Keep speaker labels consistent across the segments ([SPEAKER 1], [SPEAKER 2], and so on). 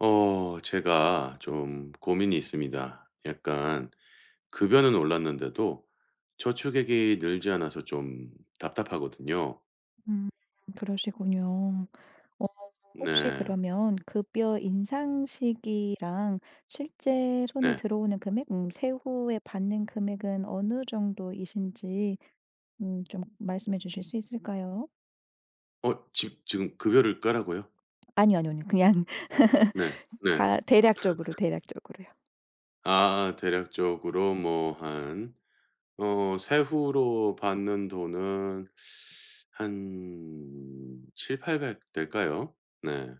[SPEAKER 1] 제가 좀 고민이 있습니다. 약간 급여는 올랐는데도 저축액이 늘지 않아서 좀 답답하거든요.
[SPEAKER 2] 음 그러시군요. 어 혹시
[SPEAKER 1] 네.
[SPEAKER 2] 그러면 급여 인상 시기랑 실제 손에
[SPEAKER 1] 네.
[SPEAKER 2] 들어오는 금액 세후에 받는 금액은 어느 정도이신지 좀 말씀해 주실 수 있을까요?
[SPEAKER 1] 어 지 지금 급여를 까라고요?
[SPEAKER 2] 아니요, 아니요, 아니요. 그냥
[SPEAKER 1] 네. 네.
[SPEAKER 2] 다 대략적으로, 대략적으로요.
[SPEAKER 1] 아, 대략적으로 뭐 한 세후로 받는 돈은 한7 팔백 8 0 0 될까요? 네.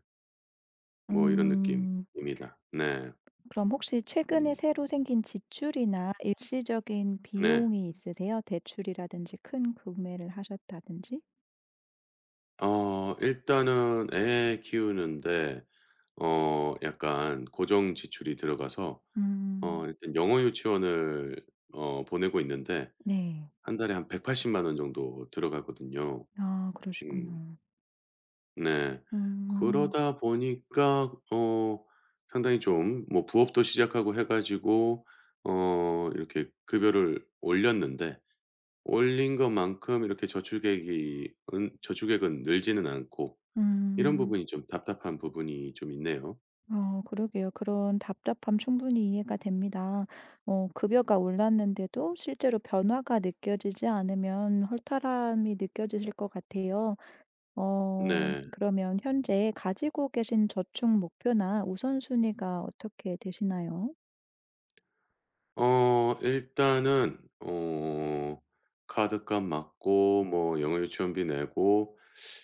[SPEAKER 1] 뭐 이런
[SPEAKER 2] 음
[SPEAKER 1] 느낌입니다. 네.
[SPEAKER 2] 그럼 혹시 최근에
[SPEAKER 1] 음.
[SPEAKER 2] 새로 생긴 지출이나 일시적인
[SPEAKER 1] 네.
[SPEAKER 2] 비용이 있으세요? 대출이라든지 큰 구매를 하셨다든지?
[SPEAKER 1] 일단은 애 키우는데, 약간 고정 지출이 들어가서
[SPEAKER 2] 음.
[SPEAKER 1] 일단 영어 유치원을 보내고 있는데,
[SPEAKER 2] 네.
[SPEAKER 1] 한 달에 한 1 8 0만원 정도 들어가거든요.
[SPEAKER 2] 아
[SPEAKER 1] 음.
[SPEAKER 2] 그러시군요.
[SPEAKER 1] 네.
[SPEAKER 2] 음.
[SPEAKER 1] 그러다 보니까 상당히 좀 뭐 부업도 시작하고 해 가지고 이렇게 급여를 올렸는데, 올린 것만큼 이렇게 저축액이 은 저축액은 늘지는 않고 이런
[SPEAKER 2] 음.
[SPEAKER 1] 부분이 좀 답답한 부분이 좀 있네요.
[SPEAKER 2] 그러게요. 그런 답답함 충분히 이해가 됩니다. 급여가 올랐는데도 실제로 변화가 느껴지지 않으면 허탈함이 느껴지실 것 같아요.
[SPEAKER 1] 네.
[SPEAKER 2] 그러면 현재 가지고 계신 저축 목표나 우선순위가 어떻게 되시나요?
[SPEAKER 1] 일단은 카드값 맞고 뭐 영어 유치원비 내고,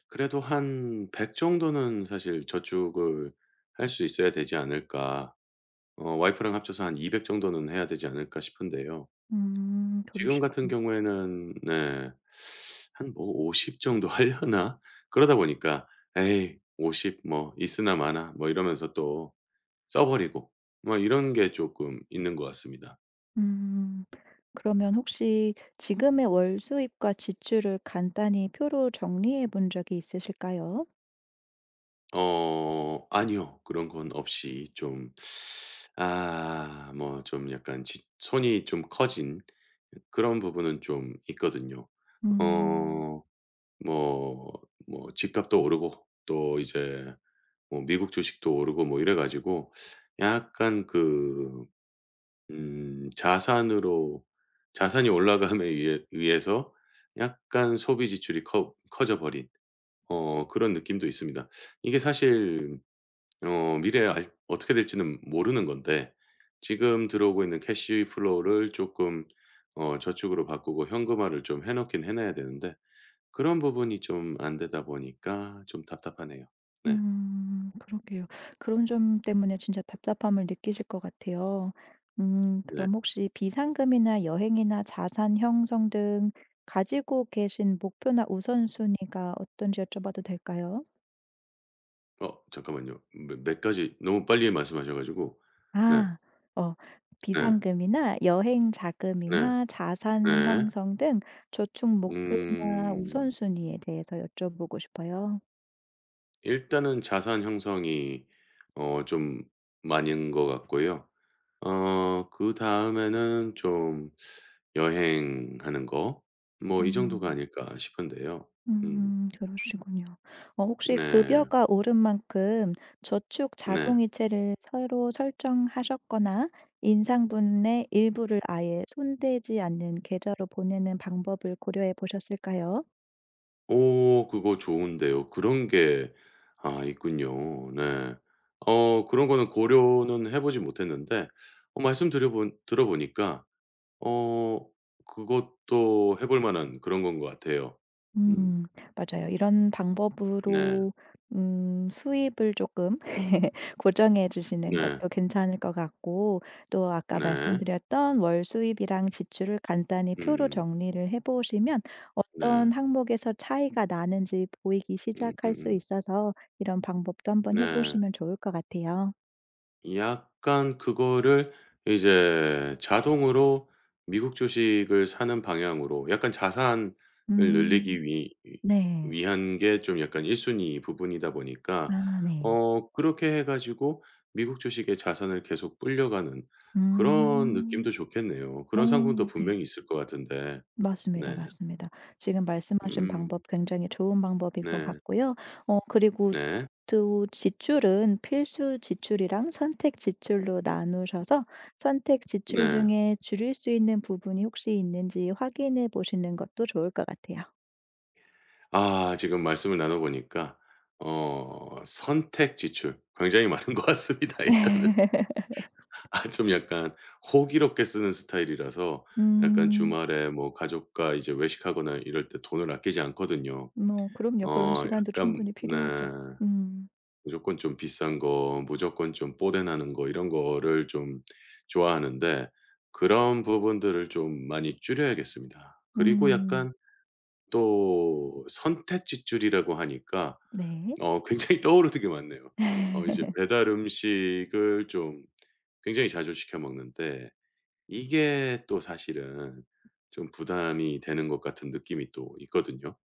[SPEAKER 1] 그래도 한 '100 정도는 사실 저축을 할 수 있어야 되지 않을까.' 와이프랑 합쳐서 한 200 정도는 해야 되지 않을까 싶은데요.
[SPEAKER 2] 음.
[SPEAKER 1] 지금 같은
[SPEAKER 2] 그러시군요.
[SPEAKER 1] 경우에는 네. 한 뭐 50 정도 하려나? 그러다 보니까 '에이 50, 뭐 있으나 마나.' 뭐 이러면서 또 써 버리고 뭐, 이런 게 쪼끔 있는 것 같습니다.
[SPEAKER 2] 음. 그러면 혹시 지금의 월 수입과 지출을 간단히 표로 정리해 본 적이 있으실까요?
[SPEAKER 1] 아니요. 그런 건 없이 좀, 아 뭐 좀 약간 지 손이 좀 커진 그런 부분은 좀 있거든요.
[SPEAKER 2] 음.
[SPEAKER 1] 어 뭐 뭐 집값도 오르고, 또 이제 뭐 미국 주식도 오르고 뭐 이래 가지고, 약간 그 자산으로, 자산이 올라감에 의해서 약간 소비 지출이 커 커져 버린 그런 느낌도 있습니다. 이게 사실 미래에 알 어떻게 될지는 모르는 건데, 지금 들어오고 있는 캐시 플로우를 조금 저축으로 바꾸고 현금화를 좀 해 놓긴 해 놔야 되는데, 그런 부분이 좀 안 되다 보니까 좀 답답하네요. 네.
[SPEAKER 2] 음. 그러게요. 그런 점 때문에 진짜 답답함을 느끼실 것 같아요. 음.
[SPEAKER 1] 네.
[SPEAKER 2] 그럼 혹시 비상금이나 여행이나 자산 형성 등 가지고 계신 목표나 우선순위가 어떤지 여쭤봐도 될까요?
[SPEAKER 1] 잠깐만요. 몇 가지 너무 빨리 말씀하셔 가지고. 네.
[SPEAKER 2] 아. 어
[SPEAKER 1] 네.
[SPEAKER 2] 비상금이나 여행
[SPEAKER 1] 네.
[SPEAKER 2] 자금이나 자산
[SPEAKER 1] 네.
[SPEAKER 2] 형성 등 저축 목표나
[SPEAKER 1] 음.
[SPEAKER 2] 우선순위에 대해서 여쭤보고 싶어요.
[SPEAKER 1] 일단은 자산 형성이 좀 많은 것 같고요. 그다음에는 좀 여행하는 거, 뭐 이 정도가
[SPEAKER 2] 음.
[SPEAKER 1] 아닐까 싶은데요. 음.
[SPEAKER 2] 그러시군요. 혹시
[SPEAKER 1] 네.
[SPEAKER 2] 급여가 오른 만큼 저축
[SPEAKER 1] 네.
[SPEAKER 2] 자동이체를 새로 설정하셨거나 인상분의 일부를 아예 손대지 않는 계좌로 보내는 방법을 고려해 보셨을까요?
[SPEAKER 1] 오, 그거 좋은데요. 그런 게 아, 있군요. 네. 그런 거는 고려는 해 보지 못했는데, 말씀 드려본 들어 보니까 어 그것도 해볼 만한 그런 건 것 같아요. 음.
[SPEAKER 2] 음 맞아요. 이런
[SPEAKER 1] 네.
[SPEAKER 2] 방법으로 수입을 조금 고정해 주시는
[SPEAKER 1] 네.
[SPEAKER 2] 것도 괜찮을 것 같고 또 아까
[SPEAKER 1] 네.
[SPEAKER 2] 말씀드렸던 월 수입이랑 지출을 간단히 표로
[SPEAKER 1] 음.
[SPEAKER 2] 정리를 해 보시면 어떤
[SPEAKER 1] 네.
[SPEAKER 2] 항목에서 차이가 나는지 보이기 시작할 수
[SPEAKER 1] 음음음.
[SPEAKER 2] 있어서 이런 방법도 한번 해
[SPEAKER 1] 네.
[SPEAKER 2] 보시면 좋을 것 같아요.
[SPEAKER 1] 약간 그거를 이제 자동으로 미국 주식을 사는 방향으로, 약간 자산을
[SPEAKER 2] 음
[SPEAKER 1] 늘리기 위
[SPEAKER 2] 네.
[SPEAKER 1] 위한 게 좀, 약간 1 순위 부분이다 보니까
[SPEAKER 2] 아 네.
[SPEAKER 1] 그렇게 해 가지고 미국 주식에 자산을 계속 불려가는 그런
[SPEAKER 2] 음.
[SPEAKER 1] 느낌도 좋겠네요. 그런 상품도
[SPEAKER 2] 어 네.
[SPEAKER 1] 분명히 있을 것 같은데.
[SPEAKER 2] 맞습니다,
[SPEAKER 1] 네.
[SPEAKER 2] 맞습니다. 지금 말씀하신
[SPEAKER 1] 음.
[SPEAKER 2] 방법 굉장히 좋은 방법인 것
[SPEAKER 1] 네.
[SPEAKER 2] 같고요. 그리고
[SPEAKER 1] 네.
[SPEAKER 2] 또 지출은 필수 지출이랑 선택 지출로 나누셔서 선택 지출
[SPEAKER 1] 네.
[SPEAKER 2] 중에 줄일 수 있는 부분이 혹시 있는지 확인해 보시는 것도 좋을 것 같아요.
[SPEAKER 1] 아, 지금 말씀을 나눠 보니까 선택 지출 굉장히 많은 것 같습니다, 일단은. 아, 좀 약간 호기롭게 쓰는 스타일이라서 약간
[SPEAKER 2] 음.
[SPEAKER 1] 주말에 뭐 가족과 이제 외식하거나 이럴 때 돈을 아끼지 않거든요.
[SPEAKER 2] 뭐 그럼요. 그런 시간도
[SPEAKER 1] 약간
[SPEAKER 2] 충분히
[SPEAKER 1] 네.
[SPEAKER 2] 필요하죠. 음.
[SPEAKER 1] 무조건 좀 비싼 거, 무조건 좀 뽀대 나는 거, 이런 거를 좀 좋아하는데, 그런 부분들을 좀 많이 줄여야겠습니다. 그리고
[SPEAKER 2] 음.
[SPEAKER 1] 약간 또 선택 지출이라고 하니까
[SPEAKER 2] 네.
[SPEAKER 1] 굉장히 떠오르는 게 많네요. 이제 배달 음식을 좀 굉장히 자주 시켜 먹는데, 이게 또 사실은 좀 부담이 되는 것 같은 느낌이 또 있거든요.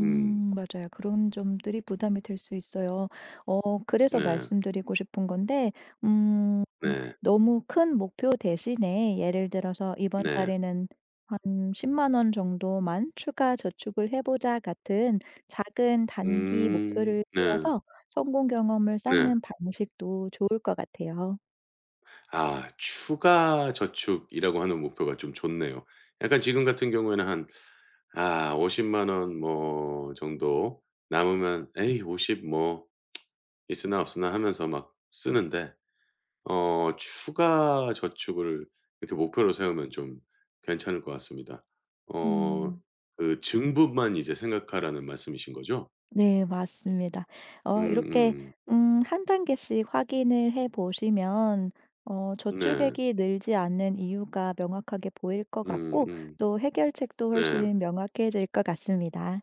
[SPEAKER 1] 음.
[SPEAKER 2] 맞아요. 그런 점들이 부담이 될 수 있어요. 그래서
[SPEAKER 1] 네.
[SPEAKER 2] 말씀드리고 싶은 건데 음
[SPEAKER 1] 네.
[SPEAKER 2] 너무 큰 목표 대신에 예를 들어서 '이번
[SPEAKER 1] 네.
[SPEAKER 2] 달에는 한 10만 원 정도만 추가 저축을 해 보자.' 같은 작은 단기
[SPEAKER 1] 음.
[SPEAKER 2] 목표를
[SPEAKER 1] 네.
[SPEAKER 2] 세워서 성공 경험을
[SPEAKER 1] 네.
[SPEAKER 2] 쌓는 방식도 좋을 것 같아요.
[SPEAKER 1] 아, 추가 저축이라고 하는 목표가 좀 좋네요. 약간 지금 같은 경우에는 한, 아 5 0만원 뭐 정도 남으면 '에이 50, 뭐 있으나 없으나.' 하면서 막 쓰는데, 추가 저축을 이렇게 목표로 세우면 좀 괜찮을 것 같습니다. 어
[SPEAKER 2] 음.
[SPEAKER 1] 그 "증부만 이제 생각하라."는 말씀이신 거죠?
[SPEAKER 2] 네 맞습니다. 이렇게
[SPEAKER 1] 음음.
[SPEAKER 2] 한 단계씩 확인을 해 보시면
[SPEAKER 1] 네.
[SPEAKER 2] 저축액이 늘지 않는 이유가 명확하게 보일 것 같고
[SPEAKER 1] 음음.
[SPEAKER 2] 또 해결책도
[SPEAKER 1] 네.
[SPEAKER 2] 훨씬 명확해질 것 같습니다.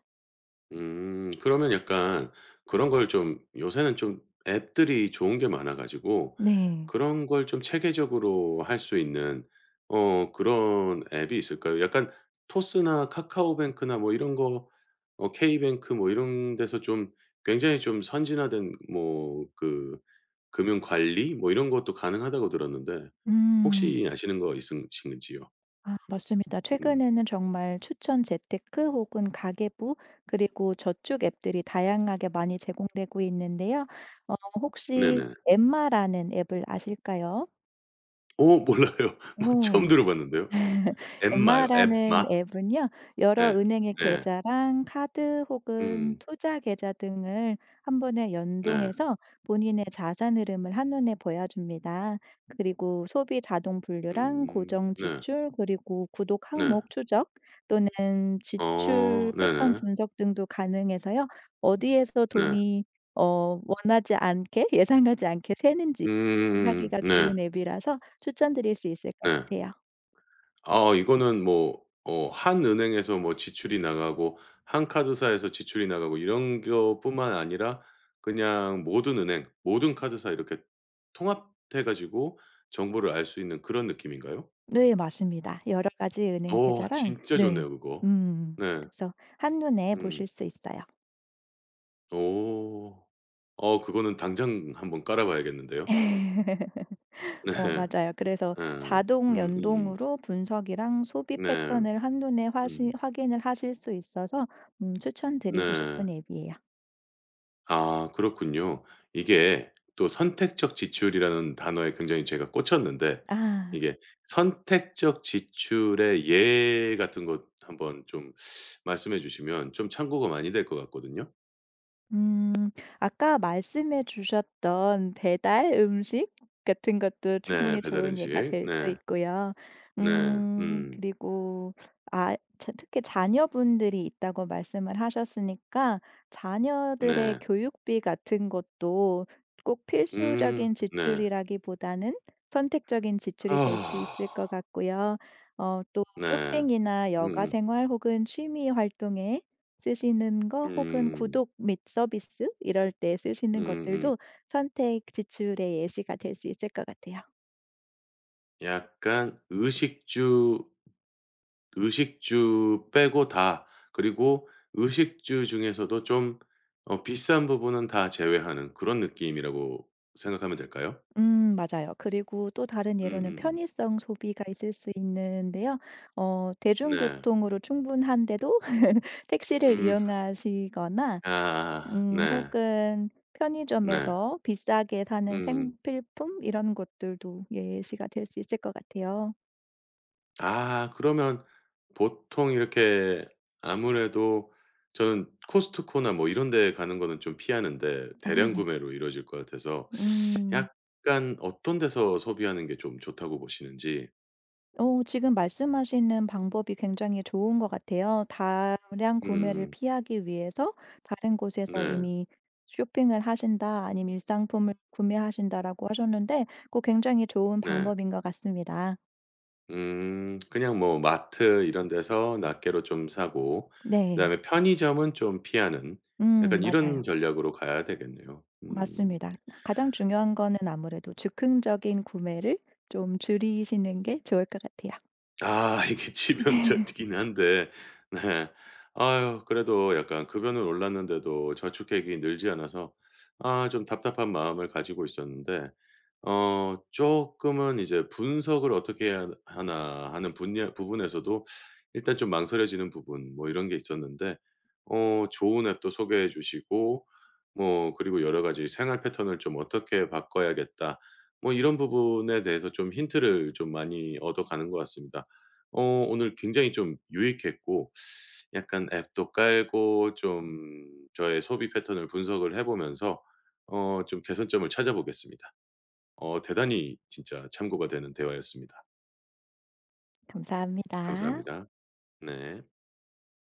[SPEAKER 1] 음. 그러면 약간 그런 걸 좀, 요새는 좀 앱들이 좋은 게 많아 가지고
[SPEAKER 2] 네.
[SPEAKER 1] 그런 걸 좀 체계적으로 할 수 있는 그런 앱이 있을까요? 약간 토스나 카카오뱅크나 뭐 이런 거, K뱅크 뭐 이런 데서 좀 굉장히 좀 선진화된 뭐 그 금융 관리 뭐 이런 것도 가능하다고 들었는데,
[SPEAKER 2] 음.
[SPEAKER 1] 혹시 아시는 거 있으신지요?
[SPEAKER 2] 아 맞습니다.
[SPEAKER 1] 음.
[SPEAKER 2] 최근에는 정말 추천 재테크 혹은 가계부 그리고 저축 앱들이 다양하게 많이 제공되고 있는데요. 어 혹시
[SPEAKER 1] 네네.
[SPEAKER 2] 엠마라는 앱을 아실까요?
[SPEAKER 1] 오, 몰라요. 뭐
[SPEAKER 2] 어.
[SPEAKER 1] 처음 들어 봤는데요. 앱마요?
[SPEAKER 2] 엠마라는
[SPEAKER 1] 앱마?
[SPEAKER 2] 앱은요. 여러
[SPEAKER 1] 네.
[SPEAKER 2] 은행의
[SPEAKER 1] 네.
[SPEAKER 2] 계좌랑 카드 혹은
[SPEAKER 1] 음.
[SPEAKER 2] 투자 계좌 등을 한 번에
[SPEAKER 1] 네.
[SPEAKER 2] 연동해서 본인의 자산 흐름을 한눈에 보여줍니다. 그리고 소비 자동 분류랑
[SPEAKER 1] 음.
[SPEAKER 2] 고정
[SPEAKER 1] 네.
[SPEAKER 2] 지출 그리고 구독
[SPEAKER 1] 네.
[SPEAKER 2] 항목 추적 또는
[SPEAKER 1] 어.
[SPEAKER 2] 지출 패턴
[SPEAKER 1] 네네.
[SPEAKER 2] 분석 등도 가능해서요. 어디에서
[SPEAKER 1] 네.
[SPEAKER 2] 돈이 원하지 않게 예상하지 않게 새는지
[SPEAKER 1] 음음
[SPEAKER 2] 하기가
[SPEAKER 1] 음 네.
[SPEAKER 2] 좋은 앱이라서 추천드릴 수 있을 것
[SPEAKER 1] 네.
[SPEAKER 2] 같아요.
[SPEAKER 1] 아, 이거는 뭐 한 은행에서 뭐 지출이 나가고, 한 카드사에서 지출이 나가고 이런 것뿐만 아니라, 그냥 모든 은행, 모든 카드사 이렇게 통합해 가지고 정보를 알 수 있는 그런 느낌인가요?
[SPEAKER 2] 네 맞습니다. 여러 가지 은행 계좌랑
[SPEAKER 1] 진짜
[SPEAKER 2] 네.
[SPEAKER 1] 좋네요, 그거. 네.
[SPEAKER 2] 그래서 한눈에
[SPEAKER 1] 음.
[SPEAKER 2] 보실 수 있어요.
[SPEAKER 1] 오. 그거는 당장 한번 깔아 봐야겠는데요. 네. 예.
[SPEAKER 2] 맞아요. 그래서 자동
[SPEAKER 1] 음음음.
[SPEAKER 2] 연동으로 분석이랑 소비
[SPEAKER 1] 네.
[SPEAKER 2] 패턴을 한눈에 화시
[SPEAKER 1] 음.
[SPEAKER 2] 확인을 하실 수 있어서 추천드리고
[SPEAKER 1] 네.
[SPEAKER 2] 싶은 앱이에요.
[SPEAKER 1] 아, 그렇군요. 이게 또 선택적 지출이라는 단어에 굉장히 제가 꽂혔는데,
[SPEAKER 2] 아.
[SPEAKER 1] 이게 선택적 지출의 예 같은 것 한번 좀 말씀해 주시면 좀 참고가 많이 될 것 같거든요.
[SPEAKER 2] 음. 아까 말씀해 주셨던 배달 음식 같은 것도
[SPEAKER 1] 네.
[SPEAKER 2] 충분히
[SPEAKER 1] 배달
[SPEAKER 2] 좋은 예가
[SPEAKER 1] 음식.
[SPEAKER 2] 될 수
[SPEAKER 1] 네.
[SPEAKER 2] 있고요.
[SPEAKER 1] 네. 음.
[SPEAKER 2] 그리고 아 자 특히 자녀분들이 있다고 말씀을 하셨으니까 자녀들의
[SPEAKER 1] 네.
[SPEAKER 2] 교육비 같은 것도 꼭
[SPEAKER 1] 음.
[SPEAKER 2] 필수적인
[SPEAKER 1] 네.
[SPEAKER 2] 지출이라기보다는 선택적인 지출이 될 수
[SPEAKER 1] 아.
[SPEAKER 2] 있을 것 같고요. 또
[SPEAKER 1] 네.
[SPEAKER 2] 쇼핑이나 여가
[SPEAKER 1] 음음.
[SPEAKER 2] 생활 혹은 취미 활동에 쓰시는 거 혹은
[SPEAKER 1] 음.
[SPEAKER 2] 구독 및 서비스 이럴 때 쓰시는
[SPEAKER 1] 음음.
[SPEAKER 2] 것들도 선택 지출의 예시가 될 수 있을 것 같아요.
[SPEAKER 1] 약간 의식주 빼고 다, 그리고 의식주 중에서도 좀 비싼 부분은 다 제외하는 그런 느낌이라고 생각하면 될까요?
[SPEAKER 2] 맞아요. 그리고 또 다른 예로는
[SPEAKER 1] 음음음.
[SPEAKER 2] 편의성 소비가 있을 수 있는데요.
[SPEAKER 1] 네.
[SPEAKER 2] 대중교통으로 충분한데도 택시를
[SPEAKER 1] 음.
[SPEAKER 2] 이용하시거나
[SPEAKER 1] 아. 네.
[SPEAKER 2] 혹은
[SPEAKER 1] 네.
[SPEAKER 2] 편의점에서 비싸게 사는
[SPEAKER 1] 음.
[SPEAKER 2] 생필품 이런 것들도 예시가 될 수 있을 것 같아요.
[SPEAKER 1] 아, 그러면 보통 이렇게 아무래도 저는 코스트코나 뭐 이런 데 가는 거는 좀 피하는데
[SPEAKER 2] 아
[SPEAKER 1] 대량
[SPEAKER 2] 네.
[SPEAKER 1] 구매로 이루어질 것 같아서,
[SPEAKER 2] 음.
[SPEAKER 1] 약간 어떤 데서 소비하는 게 좀 좋다고 보시는지.
[SPEAKER 2] 지금 말씀하시는 방법이 굉장히 좋은 것 같아요. 다량 구매를
[SPEAKER 1] 음.
[SPEAKER 2] 피하기 위해서 '다른 곳에서
[SPEAKER 1] 네.
[SPEAKER 2] 이미 쇼핑을 하신다.' 아니면 '일상품을 구매하신다.'라고 하셨는데 고 굉장히 좋은
[SPEAKER 1] 네.
[SPEAKER 2] 방법인 것 같습니다.
[SPEAKER 1] 음. 그냥 뭐 마트 이런 데서 낱개로 좀 사고,
[SPEAKER 2] 네.
[SPEAKER 1] 그다음에 편의점은 좀 피하는 약간
[SPEAKER 2] 맞아요.
[SPEAKER 1] 이런 전략으로 가야 되겠네요. 음.
[SPEAKER 2] 맞습니다. 가장 중요한 거는 아무래도 즉흥적인 구매를 좀 줄이시는 게 좋을 것 같아요.
[SPEAKER 1] 아, 이게 치명적이긴 한데. 네. 아유, 그래도 약간 급여는 올랐는데도 저축액이 늘지 않아서 아 좀 답답한 마음을 가지고 있었는데, 조금은 이제 분석을 어떻게 해야 하나 하는 분야 부분에서도 일단 좀 망설여지는 부분 뭐 이런 게 있었는데, 좋은 앱도 소개해 주시고 뭐 그리고 여러 가지 '생활 패턴을 좀 어떻게 바꿔야겠다.' 뭐 이런 부분에 대해서 좀 힌트를 좀 많이 얻어가는 것 같습니다. 어 오늘 굉장히 좀 유익했고 약간 앱도 깔고 좀 저의 소비 패턴을 분석을 해 보면서 좀 개선점을 찾아보겠습니다. 대단히 진짜 참고가 되는 대화였습니다.
[SPEAKER 2] 감사합니다.
[SPEAKER 1] 감사합니다. 네.